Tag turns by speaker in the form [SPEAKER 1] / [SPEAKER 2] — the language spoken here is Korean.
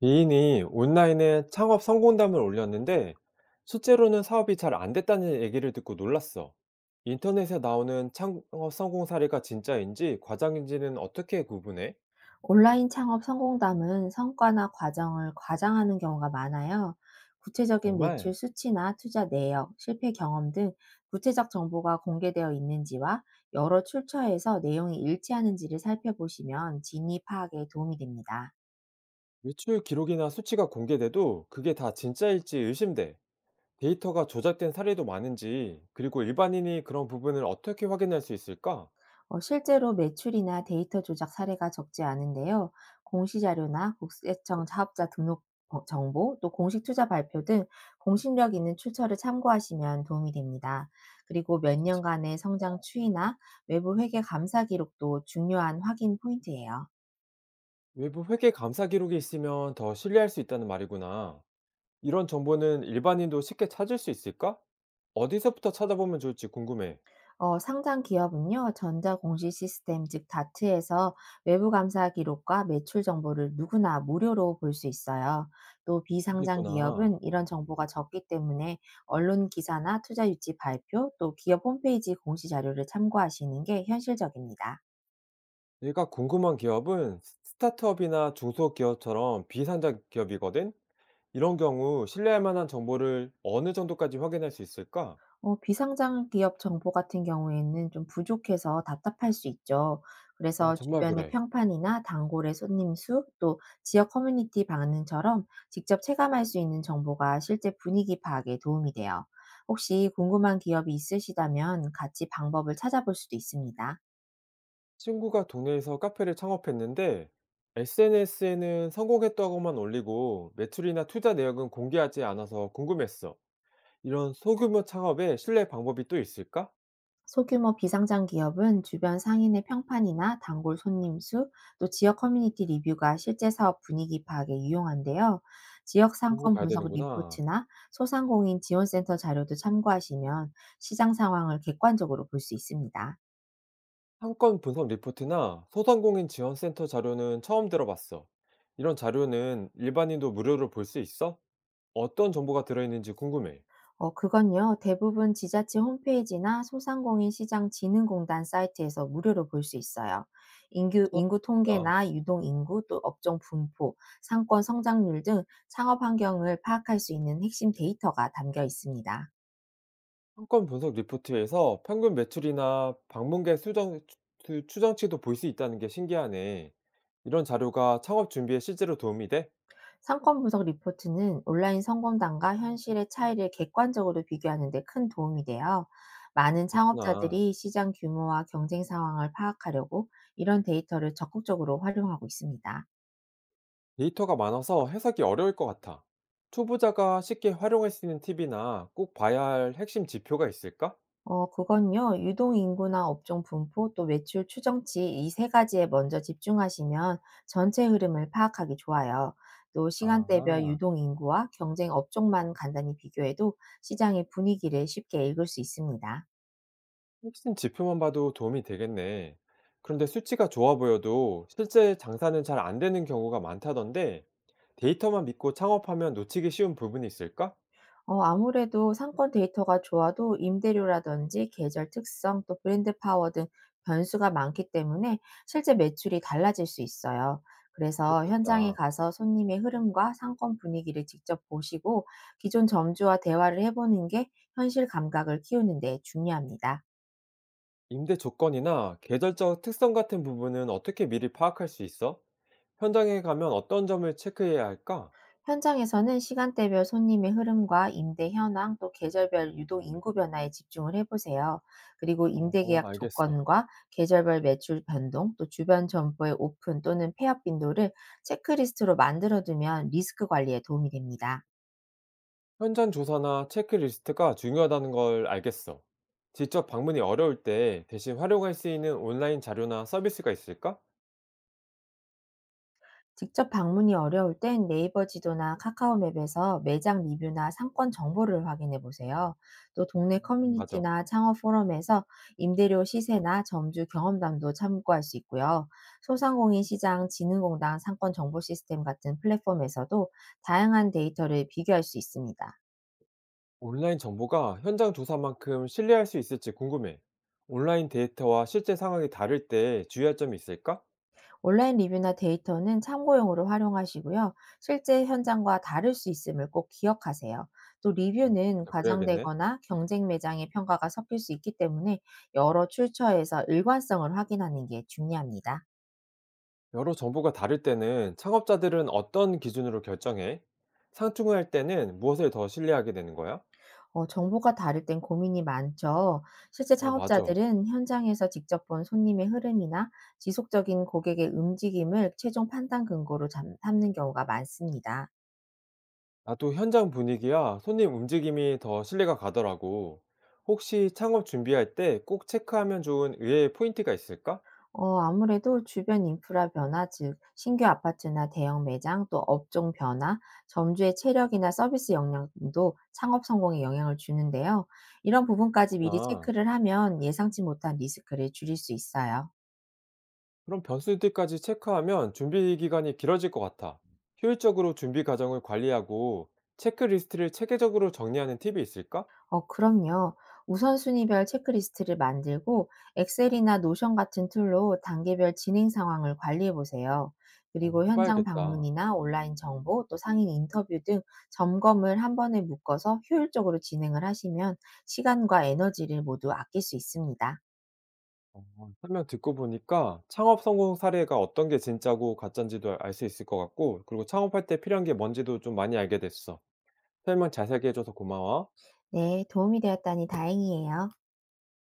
[SPEAKER 1] 이인이 온라인에 창업 성공담을 올렸는데 실제로는 사업이 잘 안 됐다는 얘기를 듣고 놀랐어. 인터넷에 나오는 창업 성공 사례가 진짜인지 과장인지는 어떻게 구분해?
[SPEAKER 2] 온라인 창업 성공담은 성과나 과정을 과장하는 경우가 많아요. 구체적인 매출
[SPEAKER 1] 정말
[SPEAKER 2] 수치나 투자 내역, 실패 경험 등 구체적 정보가 공개되어 있는지와 여러 출처에서 내용이 일치하는지를 살펴보시면 진위 파악에 도움이 됩니다.
[SPEAKER 1] 매출 기록이나 수치가 공개돼도 그게 다 진짜일지 의심돼. 데이터가 조작된 사례도 많은지, 그리고 일반인이 그런 부분을 어떻게 확인할 수 있을까?
[SPEAKER 2] 실제로 매출이나 데이터 조작 사례가 적지 않은데요. 공시자료나 국세청 사업자 등록 정보, 또 공식 투자 발표 등 공신력 있는 출처를 참고하시면 도움이 됩니다. 그리고 몇 년간의 성장 추이나 외부 회계 감사 기록도 중요한 확인 포인트예요.
[SPEAKER 1] 외부 회계 감사 기록이 있으면 더 신뢰할 수 있다는 말이구나. 이런 정보는 일반인도 쉽게 찾을 수 있을까? 어디서부터 찾아보면 좋을지 궁금해.
[SPEAKER 2] 상장 기업은요, 전자공시 시스템, 즉 다트에서 외부 감사 기록과 매출 정보를 누구나 무료로 볼 수 있어요. 또
[SPEAKER 1] 모겠구
[SPEAKER 2] 비상장
[SPEAKER 1] 나
[SPEAKER 2] 기업은 이런 정보가 적기 때문에 언론 기사나 투자 유치 발표, 또 기업 홈페이지 공시 자료를 참고하시는 게 현실적입니다.
[SPEAKER 1] 내가 궁금한 기업은 스타트업이나 중소기업처럼 비상장 기업이거든? 이런 경우 신뢰할 만한 정보를 어느 정도까지 확인할 수 있을까?
[SPEAKER 2] 비상장 기업 정보 같은 경우에는 좀 부족해서 답답할 수 있죠.
[SPEAKER 1] 어,
[SPEAKER 2] 그래서
[SPEAKER 1] 정말
[SPEAKER 2] 주변의
[SPEAKER 1] 그래.
[SPEAKER 2] 평판이나 단골의 손님 수, 또 지역 커뮤니티 반응처럼 직접 체감할 수 있는 정보가 실제 분위기 파악에 도움이 돼요. 혹시 궁금한 기업이 있으시다면 같이 방법을 찾아볼 수도 있습니다.
[SPEAKER 1] 친구가 동네에서 카페를 창업했는데 SNS에는 성공했다고만 올리고 매출이나 투자 내역은 공개하지 않아서 궁금했어. 이런 소규모 창업에 신뢰 방법이 또 있을까?
[SPEAKER 2] 소규모 비상장 기업은 주변 상인의 평판이나 단골 손님 수, 또 지역 커뮤니티 리뷰가 실제 사업 분위기 파악에 유용한데요. 지역
[SPEAKER 1] 그런 거
[SPEAKER 2] 상권
[SPEAKER 1] 봐야
[SPEAKER 2] 분석
[SPEAKER 1] 되는구나.
[SPEAKER 2] 리포트나 소상공인 지원센터 자료도 참고하시면 시장 상황을 객관적으로 볼 수 있습니다.
[SPEAKER 1] 상권 분석 리포트나 소상공인 지원센터 자료는 처음 들어봤어. 이런 자료는 일반인도 무료로 볼 수 있어? 어떤 정보가 들어있는지 궁금해.
[SPEAKER 2] 그건요. 대부분 지자체 홈페이지나 소상공인 시장 진흥공단 사이트에서 무료로 볼 수 있어요. 인구
[SPEAKER 1] 아,
[SPEAKER 2] 통계나 유동 인구 또 업종 분포, 상권 성장률 등 창업 환경을 파악할 수 있는 핵심 데이터가 담겨 있습니다.
[SPEAKER 1] 상권 분석 리포트에서 평균 매출이나 방문객 수정, 추정치도 볼 수 있다는 게 신기하네. 이런 자료가 창업 준비에 실제로 도움이 돼?
[SPEAKER 2] 상권 분석 리포트는 온라인 성공단과 현실의 차이를 객관적으로 비교하는 데 큰 도움이 돼요. 많은
[SPEAKER 1] 그렇구나.
[SPEAKER 2] 창업자들이 시장 규모와 경쟁 상황을 파악하려고 이런 데이터를 적극적으로 활용하고 있습니다.
[SPEAKER 1] 데이터가 많아서 해석이 어려울 것 같아. 초보자가 쉽게 활용할 수 있는 팁이나 꼭 봐야 할 핵심 지표가 있을까?
[SPEAKER 2] 그건요. 유동 인구나 업종 분포 또 매출 추정치 이 세 가지에 먼저 집중하시면 전체 흐름을 파악하기 좋아요. 또 시간대별
[SPEAKER 1] 아,
[SPEAKER 2] 유동 인구와 경쟁 업종만 간단히 비교해도 시장의 분위기를 쉽게 읽을 수 있습니다.
[SPEAKER 1] 핵심 지표만 봐도 도움이 되겠네. 그런데 수치가 좋아 보여도 실제 장사는 잘 안 되는 경우가 많다던데 데이터만 믿고 창업하면 놓치기 쉬운 부분이 있을까?
[SPEAKER 2] 아무래도 상권 데이터가 좋아도 임대료라든지 계절 특성 또 브랜드 파워 등 변수가 많기 때문에 실제 매출이 달라질 수 있어요. 그래서 현장에
[SPEAKER 1] 그렇겠다.
[SPEAKER 2] 가서 손님의 흐름과 상권 분위기를 직접 보시고 기존 점주와 대화를 해보는 게 현실 감각을 키우는 데 중요합니다.
[SPEAKER 1] 임대 조건이나 계절적 특성 같은 부분은 어떻게 미리 파악할 수 있어? 현장에 가면 어떤 점을 체크해야 할까?
[SPEAKER 2] 현장에서는 시간대별 손님의 흐름과 임대 현황 또 계절별 유동 인구 변화에 집중을 해보세요. 그리고
[SPEAKER 1] 어,
[SPEAKER 2] 임대
[SPEAKER 1] 어,
[SPEAKER 2] 계약
[SPEAKER 1] 알겠어.
[SPEAKER 2] 조건과 계절별 매출 변동 또 주변 점포의 오픈 또는 폐업 빈도를 체크리스트로 만들어두면 리스크 관리에 도움이 됩니다.
[SPEAKER 1] 현장 조사나 체크리스트가 중요하다는 걸 알겠어. 직접 방문이 어려울 때 대신 활용할 수 있는 온라인 자료나 서비스가 있을까?
[SPEAKER 2] 직접 방문이 어려울 땐 네이버 지도나 카카오 맵에서 매장 리뷰나 상권 정보를 확인해 보세요. 또 동네
[SPEAKER 1] 맞아.
[SPEAKER 2] 커뮤니티나 창업 포럼에서 임대료 시세나 점주 경험담도 참고할 수 있고요. 소상공인 시장 진흥공단 상권 정보 시스템 같은 플랫폼에서도 다양한 데이터를 비교할 수 있습니다.
[SPEAKER 1] 온라인 정보가 현장 조사만큼 신뢰할 수 있을지 궁금해. 온라인 데이터와 실제 상황이 다를 때 주의할 점이 있을까?
[SPEAKER 2] 온라인 리뷰나 데이터는 참고용으로 활용하시고요. 실제 현장과 다를 수 있음을 꼭 기억하세요. 또 리뷰는
[SPEAKER 1] 아, 그래야겠네.
[SPEAKER 2] 과장되거나 경쟁 매장의 평가가 섞일 수 있기 때문에 여러 출처에서 일관성을 확인하는 게 중요합니다.
[SPEAKER 1] 여러 정보가 다를 때는 창업자들은 어떤 기준으로 결정해? 상충할 때는 무엇을 더 신뢰하게 되는 거야?
[SPEAKER 2] 정보가 다를 땐 고민이 많죠. 실제
[SPEAKER 1] 어, 맞아.
[SPEAKER 2] 창업자들은 현장에서 직접 본 손님의 흐름이나 지속적인 고객의 움직임을 최종 판단 근거로 삼는 경우가 많습니다.
[SPEAKER 1] 나도 현장 분위기야 손님 움직임이 더 신뢰가 가더라고. 혹시 창업 준비할 때 꼭 체크하면 좋은 의외의 포인트가 있을까?
[SPEAKER 2] 아무래도 주변 인프라 변화 즉 신규 아파트나 대형 매장 또 업종 변화, 점주의 체력이나 서비스 역량도 창업 성공에 영향을 주는데요. 이런 부분까지 미리
[SPEAKER 1] 그나
[SPEAKER 2] 체크를 하면 예상치 못한 리스크를 줄일 수 있어요.
[SPEAKER 1] 그럼 변수들까지 체크하면 준비 기간이 길어질 것 같아. 효율적으로 준비 과정을 관리하고 체크리스트를 체계적으로 정리하는 팁이 있을까?
[SPEAKER 2] 어, 그럼요. 우선순위별 체크리스트를 만들고 엑셀이나 노션 같은 툴로 단계별 진행 상황을 관리해 보세요.
[SPEAKER 1] 어,
[SPEAKER 2] 그리고 현장
[SPEAKER 1] 해봐야겠다.
[SPEAKER 2] 방문이나 온라인 정보, 또 상인 인터뷰 등 점검을 한 번에 묶어서 효율적으로 진행을 하시면 시간과 에너지를 모두 아낄 수 있습니다.
[SPEAKER 1] 어, 설명 듣고 보니까 창업 성공 사례가 어떤 게 진짜고 가짜인지도 알 수 있을 것 같고, 그리고 창업할 때 필요한 게 뭔지도 좀 많이 알게 됐어. 설명 자세하게 해줘서 고마워.
[SPEAKER 2] 네, 도움이 되었다니 다행이에요.